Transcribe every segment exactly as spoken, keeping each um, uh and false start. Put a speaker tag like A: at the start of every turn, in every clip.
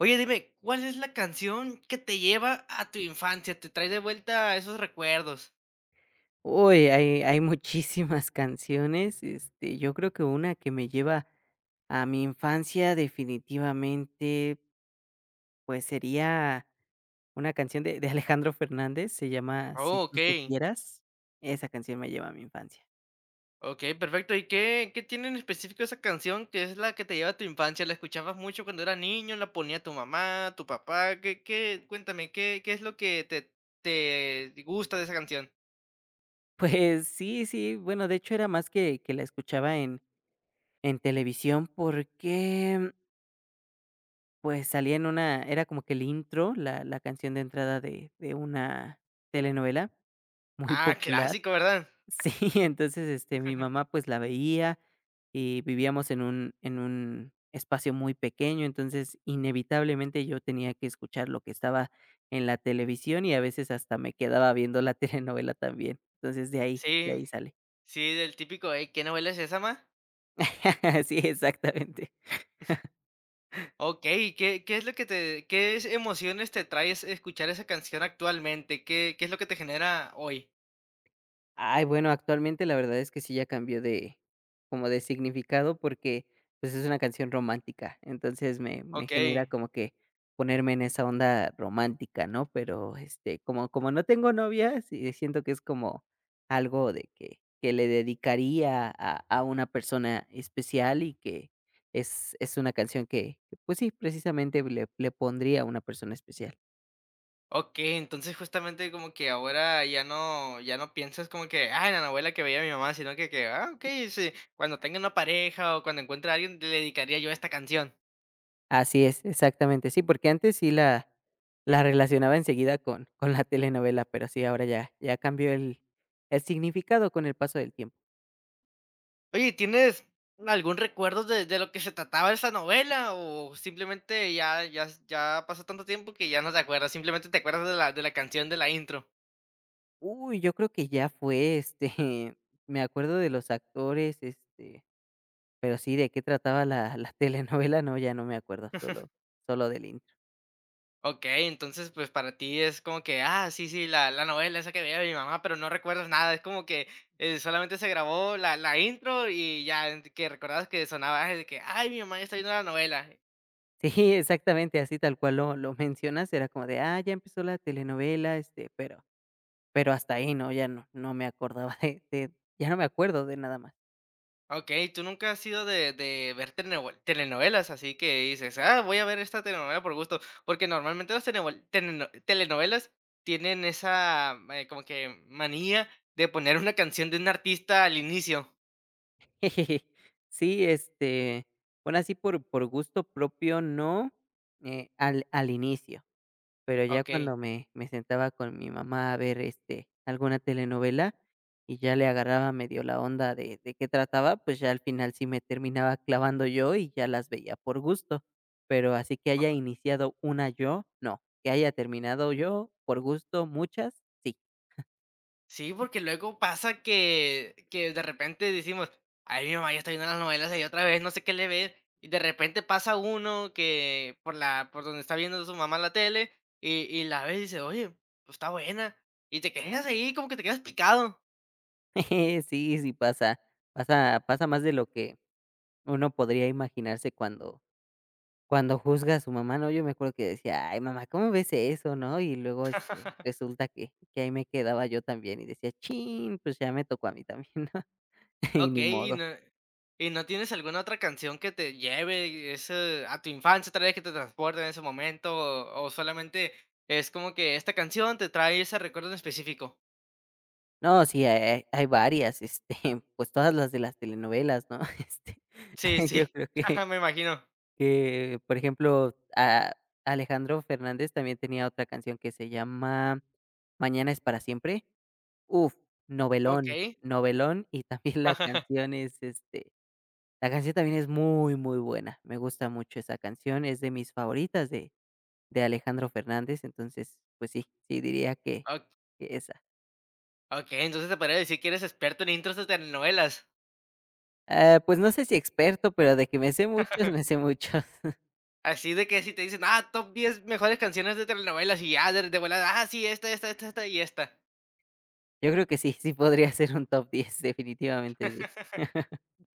A: Oye, dime, ¿cuál es la canción que te lleva a tu infancia? Te trae de vuelta a esos recuerdos.
B: Uy, hay hay muchísimas canciones, este, yo creo que una que me lleva a mi infancia definitivamente, pues, sería una canción de de Alejandro Fernández, se llama Si
A: Oh,
B: tú
A: okey.
B: supieras, esa canción me lleva a mi infancia.
A: Okey, perfecto. ¿Y qué qué tiene en específico esa canción que es la que te lleva a tu infancia? ¿La escuchabas mucho cuando eras niño? ¿La ponía tu mamá, tu papá? ¿Qué qué? Cuéntame, ¿qué qué es lo que te te gusta de esa canción?
B: Pues sí, sí, bueno, de hecho, era más que que la escuchaba en en televisión porque, pues, salía en una era como que el intro, la la canción de entrada de de una telenovela muy
A: Ah,
B: popular.
A: clásico, ¿verdad?
B: Sí, entonces, este, mi mamá, pues, la veía, y vivíamos en un en un espacio muy pequeño, entonces, inevitablemente yo tenía que escuchar lo que estaba en la televisión y a veces hasta me quedaba viendo la telenovela también. Entonces, de ahí de
A: Sí.
B: ahí sale.
A: Sí, del típico: "Ey, ¿qué novela es esa, ma?"
B: Sí, exactamente.
A: Okey, ¿qué qué es lo que te qué es emociones te trae es escuchar esa canción actualmente? ¿Qué qué es lo que te genera hoy?
B: Ay, bueno, actualmente la verdad es que sí ya cambió de como de significado porque, pues, es una canción romántica. Entonces, me me genera
A: Okey,
B: como que ponerme en esa onda romántica, ¿no? Pero, este, como como no tengo novia, sí siento que es como algo de que que le dedicaría a a una persona especial y que es es una canción que, que, pues sí, precisamente le le pondría a una persona especial.
A: okey, entonces, justamente, como que ahora ya no ya no piensas como que: "Ah, en la novela que veía a mi mamá", sino que que: "Ah, okey, sí, cuando tenga una pareja o cuando encuentre a alguien, le dedicaría yo esta canción".
B: Así es, exactamente. Sí, porque antes sí la la relacionaba enseguida con con la telenovela, pero sí, ahora ya ya cambió el el significado con el paso del tiempo.
A: Oye, ¿tienes algún recuerdo de de lo que se trataba esa novela o simplemente ya ya ya pasó tanto tiempo que ya no te acuerdas, simplemente te acuerdas de la de la canción de la intro?
B: Uy, yo creo que ya fue, este, me acuerdo de los actores, este, pero sí, de qué trataba la la telenovela, no, ya no me acuerdo, solo solo del intro.
A: Okey, entonces, pues, para ti es como que, ah, sí, sí, la la novela esa que veía mi mamá, pero no recuerdas nada, es como que, eh, solamente se grabó la la intro y ya, ent que recordabas que sonaba ah, de que: "Ay, mi mamá ya está viendo la novela".
B: Sí, exactamente, así tal cual lo lo mencionas, era como de: "Ah, ya empezó la telenovela", este, pero pero hasta ahí, ¿no? Ya no no me acordaba de de ya no me acuerdo de nada más.
A: Okey, tú nunca has sido de de ver telenovel telenovelas, así que dices: "Ah, voy a ver esta telenovela por gusto", porque normalmente las telenovel teleno telenovelas tienen esa, eh, como que manía de poner una canción de un artista al inicio.
B: Sí, este, bueno, así por por gusto propio no, eh, al al inicio, pero ya
A: Okey.
B: cuando me me sentaba con mi mamá a ver, este, alguna telenovela y ya le agarraba medio la onda de de qué trataba, pues, ya al final sí me terminaba clavando yo y ya las veía por gusto, pero así que haya iniciado una yo, no, que haya terminado yo por gusto muchas, sí.
A: Sí, porque luego pasa que que de repente decimos: "Ay, mi mamá ya está viendo las novelas ahí otra vez, no sé qué le ve", y de repente pasa uno que por la por donde está viendo su mamá la tele y y la ve y dice: "Oye, pues está buena", y te quedas ahí, como que te quedas picado.
B: Sí, sí pasa, pasa pasa más de lo que uno podría imaginarse cuando cuando juzga a su mamá, ¿no? Yo me acuerdo que decía: "Ay, mamá, ¿cómo ves eso?", ¿no? Y luego, este, resulta que que ahí me quedaba yo también y decía: "Chin, pues ya me tocó a mí también", ¿no? Y ni
A: Okey, y
B: modo.
A: no y no tienes alguna otra canción que te lleve ese a tu infancia otra vez, que te transporte en ese momento, o o solamente es como que esta canción te trae ese recuerdo en específico.
B: No, sí, hay hay hay varias, este, pues todas las de las telenovelas, ¿no? Este,
A: Sí,
B: yo
A: sí,
B: creo que
A: me imagino.
B: que, por ejemplo, a Alejandro Fernández también tenía otra canción que se llama Mañana es para siempre. Uf, novelón,
A: Okey.
B: novelón y también la canción es, este, la canción también es muy, muy buena. Me gusta mucho esa canción, es de mis favoritas de de Alejandro Fernández, entonces, pues sí, sí diría que
A: O
B: que esa.
A: Okey, entonces te podría decir que eres experto en intros de telenovelas.
B: Ah, pues no sé si experto, pero de que me sé muchos, me sé muchos.
A: Así de que si te dicen: "Ah, top diez mejores canciones de telenovelas", y ya de de volada, ah, sí, esta, esta, esta, esta y esta.
B: Yo creo que sí, sí podría ser un top diez, definitivamente sí.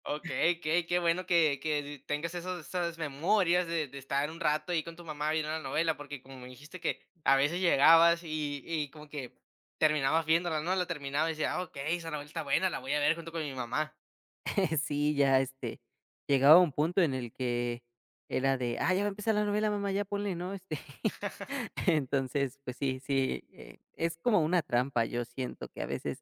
A: Okey, okey, qué bueno que que tengas esos esas memorias de de estar un rato ahí con tu mamá viendo la novela, porque como me dijiste que a veces llegabas y y como que terminabas viéndola, ¿no? La terminabas y decía "Ah, okey, esa novela está buena, la voy a ver junto con mi mamá".
B: Sí, ya, este, llegaba un punto en el que era de: "Ah, ya va a empezar la novela, mamá, ya ponle", ¿no? Este Entonces, pues sí, sí, eh, es como una trampa, yo siento que a veces,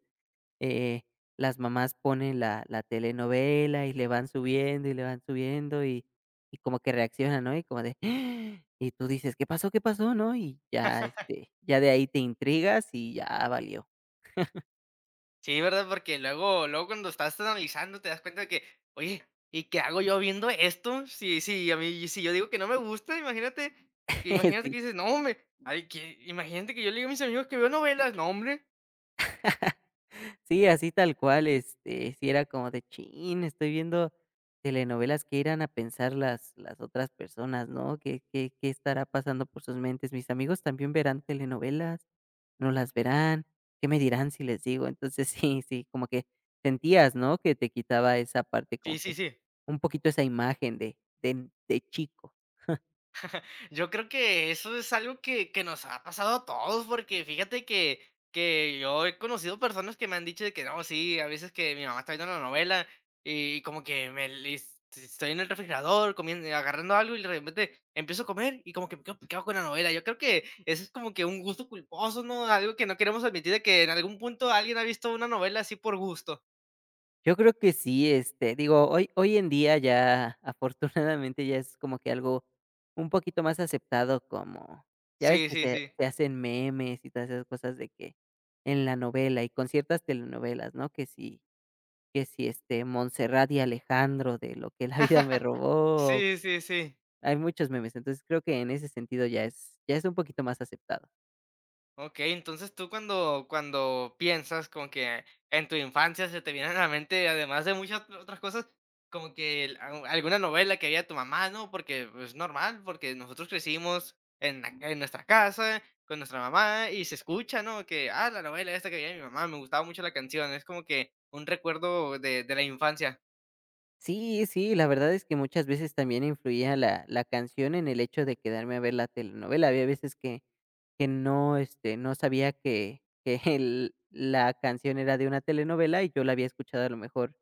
B: eh, las mamás ponen la la telenovela y le van subiendo, y le van subiendo, y y como que reaccionan, ¿no? Y como de, "Ah", y tú dices: "¿Qué pasó? ¿Qué pasó?", ¿no? Y ya, este, ya de ahí te intrigas y ya valió.
A: Sí, ¿verdad? Porque luego luego cuando estás analizando te das cuenta de que, oye, ¿y qué hago yo viendo esto? Sí, sí, a mí si yo digo que no me gusta, imagínate imagínate
B: Sí.
A: que dices: "No, hombre, ay, que" imagínate que yo le digo a mis amigos que veo novelas, no, hombre.
B: Sí, así tal cual, este, sí era como de: "Chin, estoy viendo telenovelas, que irán a pensar las las otras personas, no? ¿Qué qué qué estará pasando por sus mentes? ¿Mis amigos también verán telenovelas? ¿No las verán? ¿Qué me dirán si les digo?". Entonces, sí, sí, como que sentías, ¿no?, que te quitaba esa parte como
A: Sí, sí,
B: que
A: sí.
B: un poquito esa imagen de de de chico.
A: Yo creo que eso es algo que, que nos ha pasado a todos, porque fíjate que, que yo he conocido personas que me han dicho de que no, sí, a veces que mi mamá está viendo la novela y como que me le- es- estoy en el refrigerador comiendo, agarrando algo y de repente empiezo a comer y como que me quedo picado con la novela. Yo creo que eso es como que un gusto culposo, ¿no? Algo que no queremos admitir de que en algún punto alguien ha visto una novela así por gusto.
B: Yo creo que sí, este, digo, hoy hoy en día ya, afortunadamente, ya es como que algo un poquito más aceptado como ya ves
A: Sí,
B: que
A: sí,
B: se
A: sí.
B: se hacen memes y todas esas cosas de que en la novela y con ciertas telenovelas, ¿no? Que si que si, este, Montserrat y Alejandro de Lo que la vida me robó,
A: Sí, sí, sí.
B: hay muchos memes, entonces creo que en ese sentido ya es ya es un poquito más aceptado.
A: Okey, entonces tú cuando cuando piensas como que en tu infancia se te vienen a la mente, además de muchas otras cosas, como que el a alguna novela que había tu mamá, ¿no? Porque, pues, es normal, porque nosotros crecimos en la en nuestra casa, con nuestra mamá, y se escucha, ¿no? Que, ah, la novela esta que veía mi mamá, me gustaba mucho la canción, es como que un recuerdo de de la infancia.
B: Sí, sí, la verdad es que muchas veces también influía la la canción en el hecho de quedarme a ver la telenovela. Había veces que que no, este, no sabía que que el la canción era de una telenovela y yo la había escuchado a lo mejor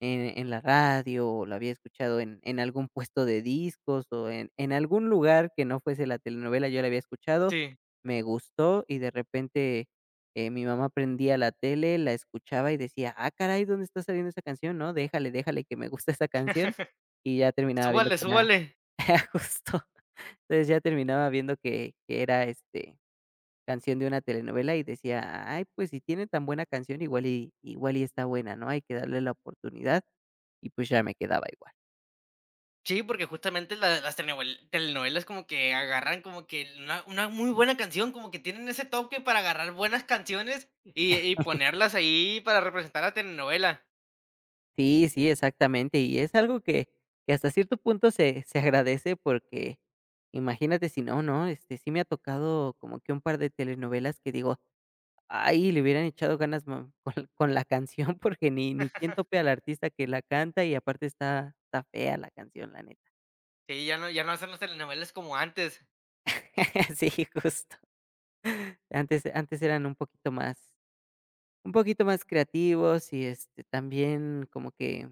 B: en en la radio, o lo había escuchado en en algún puesto de discos, o en en algún lugar que no fuese la telenovela, yo la había escuchado,
A: Sí,
B: me gustó, y de repente, eh, mi mamá prendía la tele, la escuchaba y decía: "Ah, caray, ¿dónde está saliendo esa canción?, no, déjale, déjale que me gusta esa canción", y ya terminaba viendo que
A: súbale,
B: era
A: súbale.
B: justo. Entonces, ya terminaba viendo que que era, este, canción de una telenovela, y decía: "Ay, pues si tiene tan buena canción, igual y igual y está buena, ¿no?, hay que darle la oportunidad". Y pues ya me quedaba igual.
A: Sí, porque justamente la las telenovel telenovelas como que agarran como que una una muy buena canción, como que tienen ese toque para agarrar buenas canciones y y ponerlas ahí para representar la telenovela.
B: Sí, sí, exactamente. Y es algo que que hasta cierto punto se se agradece porque imagínate si no, ¿no? Este, sí me ha tocado como que un par de telenovelas que digo: "Ay, le hubieran echado ganas ma con con la canción", porque ni ni quién tope al artista que la canta y aparte está está fea la canción, la neta.
A: Sí, ya no ya no hacen las telenovelas como antes,
B: Sí, justo. Antes antes eran un poquito más un poquito más creativos y, este, también como que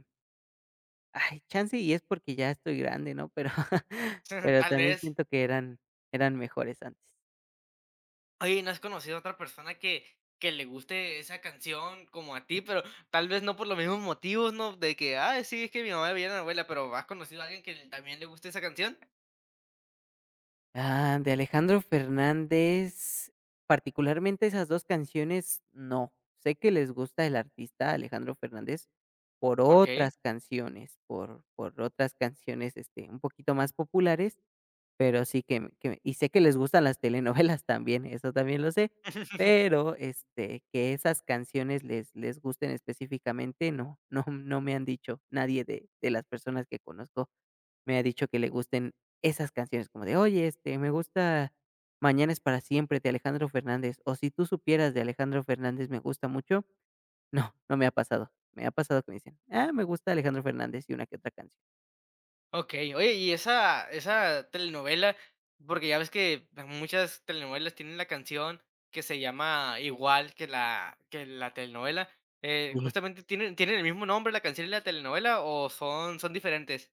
B: ay, chance y es porque ya estoy grande, ¿no? Pero pero
A: tal
B: también
A: vez.
B: siento que eran eran mejores antes.
A: Oye, ¿no has conocido a otra persona que que le guste esa canción como a ti? Pero tal vez no por los mismos motivos, ¿no? De que: ah sí, es que mi mamá veía la novela", pero, ¿has conocido a alguien que también le guste esa canción?
B: Ah, de Alejandro Fernández, particularmente esas dos canciones, no. Sé que les gusta el artista Alejandro Fernández por
A: Okey.
B: otras canciones, por por otras canciones, este, un poquito más populares, pero sí que me que me y sé que les gustan las telenovelas también, eso también lo sé, pero, este, que esas canciones les les gusten específicamente, no, no no me han dicho, nadie de de las personas que conozco me ha dicho que le gusten esas canciones, como de: "Oye, este, me gusta Mañana es para siempre de Alejandro Fernández", o "Si tú supieras de Alejandro Fernández me gusta mucho". No, no me ha pasado. Me ha pasado que me dicen: "Ah, me gusta Alejandro Fernández y una que otra canción".
A: Okey. Oye, y esa esa telenovela, porque ya ves que muchas telenovelas tienen la canción que se llama igual que la que la telenovela, eh, justamente, ¿tienen tienen el mismo nombre la canción y la telenovela o son son diferentes?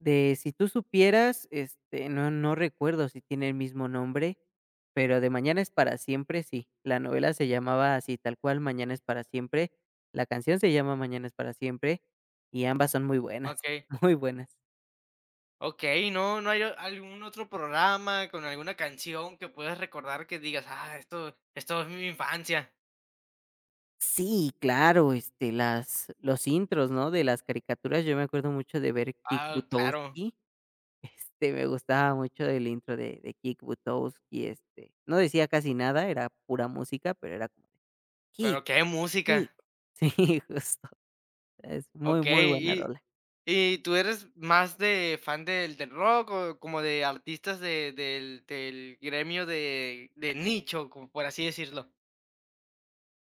B: De Si tú supieras, este, no no recuerdo si tiene el mismo nombre, pero de Mañana es para siempre sí. La novela se llamaba así, tal cual, Mañana es para siempre. La canción se llama Mañana es para siempre, y ambas son muy buenas,
A: Okey,
B: muy buenas.
A: okey, ¿no no hay o- algún otro programa con alguna canción que puedas recordar que digas: "Ah, esto esto es mi infancia"?
B: Sí, claro, este, las los intros, ¿no?, de las caricaturas, yo me acuerdo mucho de ver Kick
A: Ah, claro,
B: Buttowski, este, me gustaba mucho el intro de de Kick Buttowski, este, no decía casi nada, era pura música, pero era como Kick.
A: pero qué
B: Sí,
A: música.
B: sí, justo, es muy, muy buena
A: Okey,
B: rola.
A: ¿Y tú eres más de fan del del rock o como de artistas de del del gremio de de nicho, como por así decirlo?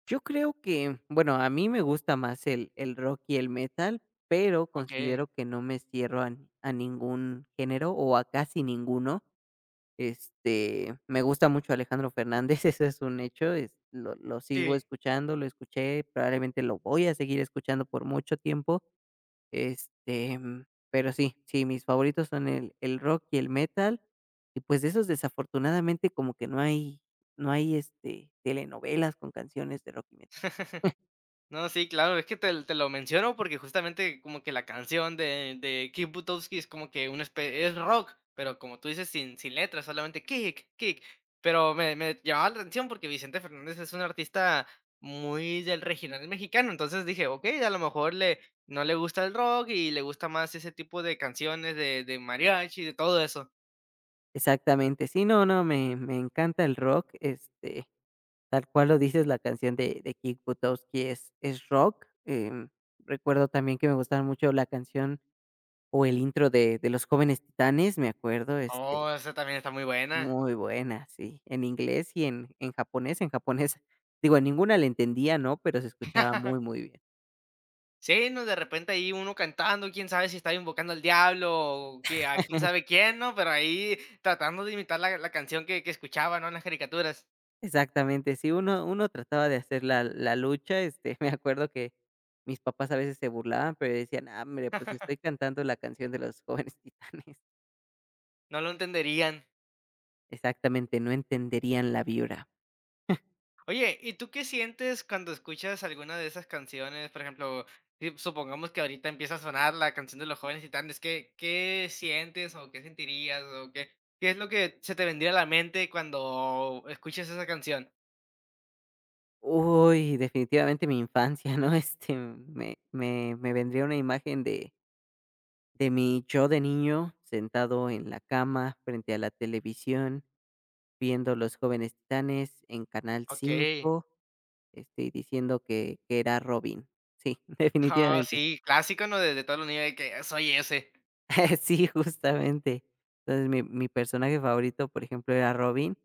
B: Yo creo que, bueno, a mí me gusta más el el rock y el metal, pero considero
A: Okey,
B: que no me cierro a n- a ningún género o a casi ninguno. Este, me gusta mucho Alejandro Fernández, eso es un hecho, es lo lo sigo
A: sí.
B: escuchando, lo escuché, probablemente lo voy a seguir escuchando por mucho tiempo. Este, mm, pero sí, sí, mis favoritos son el el rock y el metal, y pues de esos desafortunadamente como que no hay no hay, este, telenovelas con canciones de rock y metal.
A: No, sí, claro, es que te te lo menciono porque justamente como que la canción de de Kick Buttowski es como que una espe es rock, pero como tú dices, sin sin letras, solamente kick, kick. Pero me me llamaba la atención porque Vicente Fernández es un artista muy del regional mexicano, entonces dije: "Okey, a lo mejor le no le gusta el rock y le gusta más ese tipo de canciones de de mariachi, de todo eso".
B: Exactamente, sí, no, no, me me encanta el rock, este, tal cual lo dices, la canción de de Kick Buttowski es es rock, em, recuerdo también que me gustaba mucho la canción o el intro de de Los Jóvenes Titanes, me acuerdo, este.
A: Oh, esa también está muy buena.
B: Muy buena, sí, en inglés y en en japonés, en japonés, digo, a ninguna le entendía, ¿no?, pero se escuchaba muy, muy bien.
A: Sí, ¿no? De repente ahí uno cantando, quién sabe si está invocando al diablo o que a quién sabe quién, ¿no? Pero ahí tratando de imitar la, la canción que, que escuchaba, ¿no? En las caricaturas.
B: Exactamente, sí, uno uno trataba de hacer la la lucha, este, me acuerdo que mis papás a veces se burlaban, pero decían: "Ah, hombre, pues estoy cantando la canción de los Jóvenes Titanes".
A: No lo entenderían.
B: Exactamente, no entenderían la vibra.
A: Oye, ¿y tú qué sientes cuando escuchas alguna de esas canciones? Por ejemplo, si supongamos que ahorita empieza a sonar la canción de los jóvenes titanes, ¿qué, qué sientes o qué sentirías o qué, qué es lo que se te vendría a la mente cuando escuchas esa canción?
B: Uy, definitivamente mi infancia, ¿no?, este, me me me vendría una imagen de de mi yo de niño sentado en la cama frente a la televisión, viendo Los Jóvenes Titanes en Canal
A: Ok.
B: cinco, este, diciendo que que era Robin. Sí,
A: Ah,
B: definitivamente.
A: sí, clásico, ¿no? De, de todos los niños de que soy ese.
B: Sí, justamente. Entonces, mi mi personaje favorito, por ejemplo, era Robin,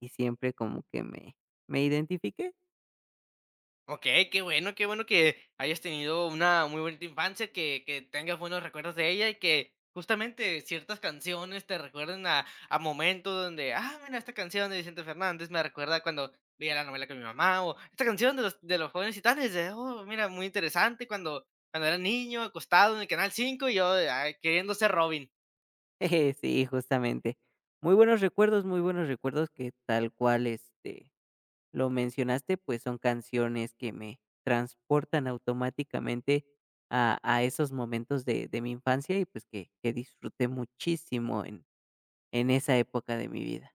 B: y siempre como que me me identifiqué.
A: Okey, qué bueno, qué bueno que hayas tenido una muy bonita infancia, que que tengas buenos recuerdos de ella y que justamente ciertas canciones te recuerden a a momentos donde, ah, mira, esta canción de Vicente Fernández me recuerda cuando veía la novela con mi mamá, o esta canción de los de Los Jóvenes Titanes, de, oh, mira, muy interesante cuando cuando era niño acostado en el canal cinco y yo, ah, queriendo ser Robin.
B: Sí, justamente. Muy buenos recuerdos, muy buenos recuerdos que tal cual, este lo mencionaste, pues son canciones que me transportan automáticamente a, a esos momentos de, de mi infancia y pues que, que disfruté muchísimo en, en esa época de mi vida.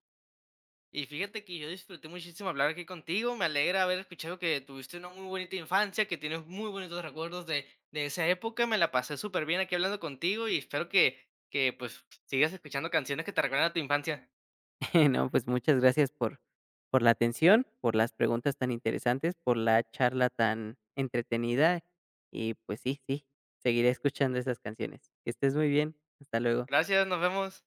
A: Y fíjate que yo disfruté muchísimo hablar aquí contigo. Me alegra haber escuchado que tuviste una muy bonita infancia, que tienes muy bonitos recuerdos de, de esa época. Me la pasé súper bien aquí hablando contigo y espero que, que pues sigas escuchando canciones que te recuerdan a tu infancia.
B: No, pues muchas gracias por, por la atención, por las preguntas tan interesantes, por la charla tan entretenida y pues sí, sí, seguiré escuchando esas canciones. Que estés muy bien, hasta luego.
A: Gracias, nos vemos.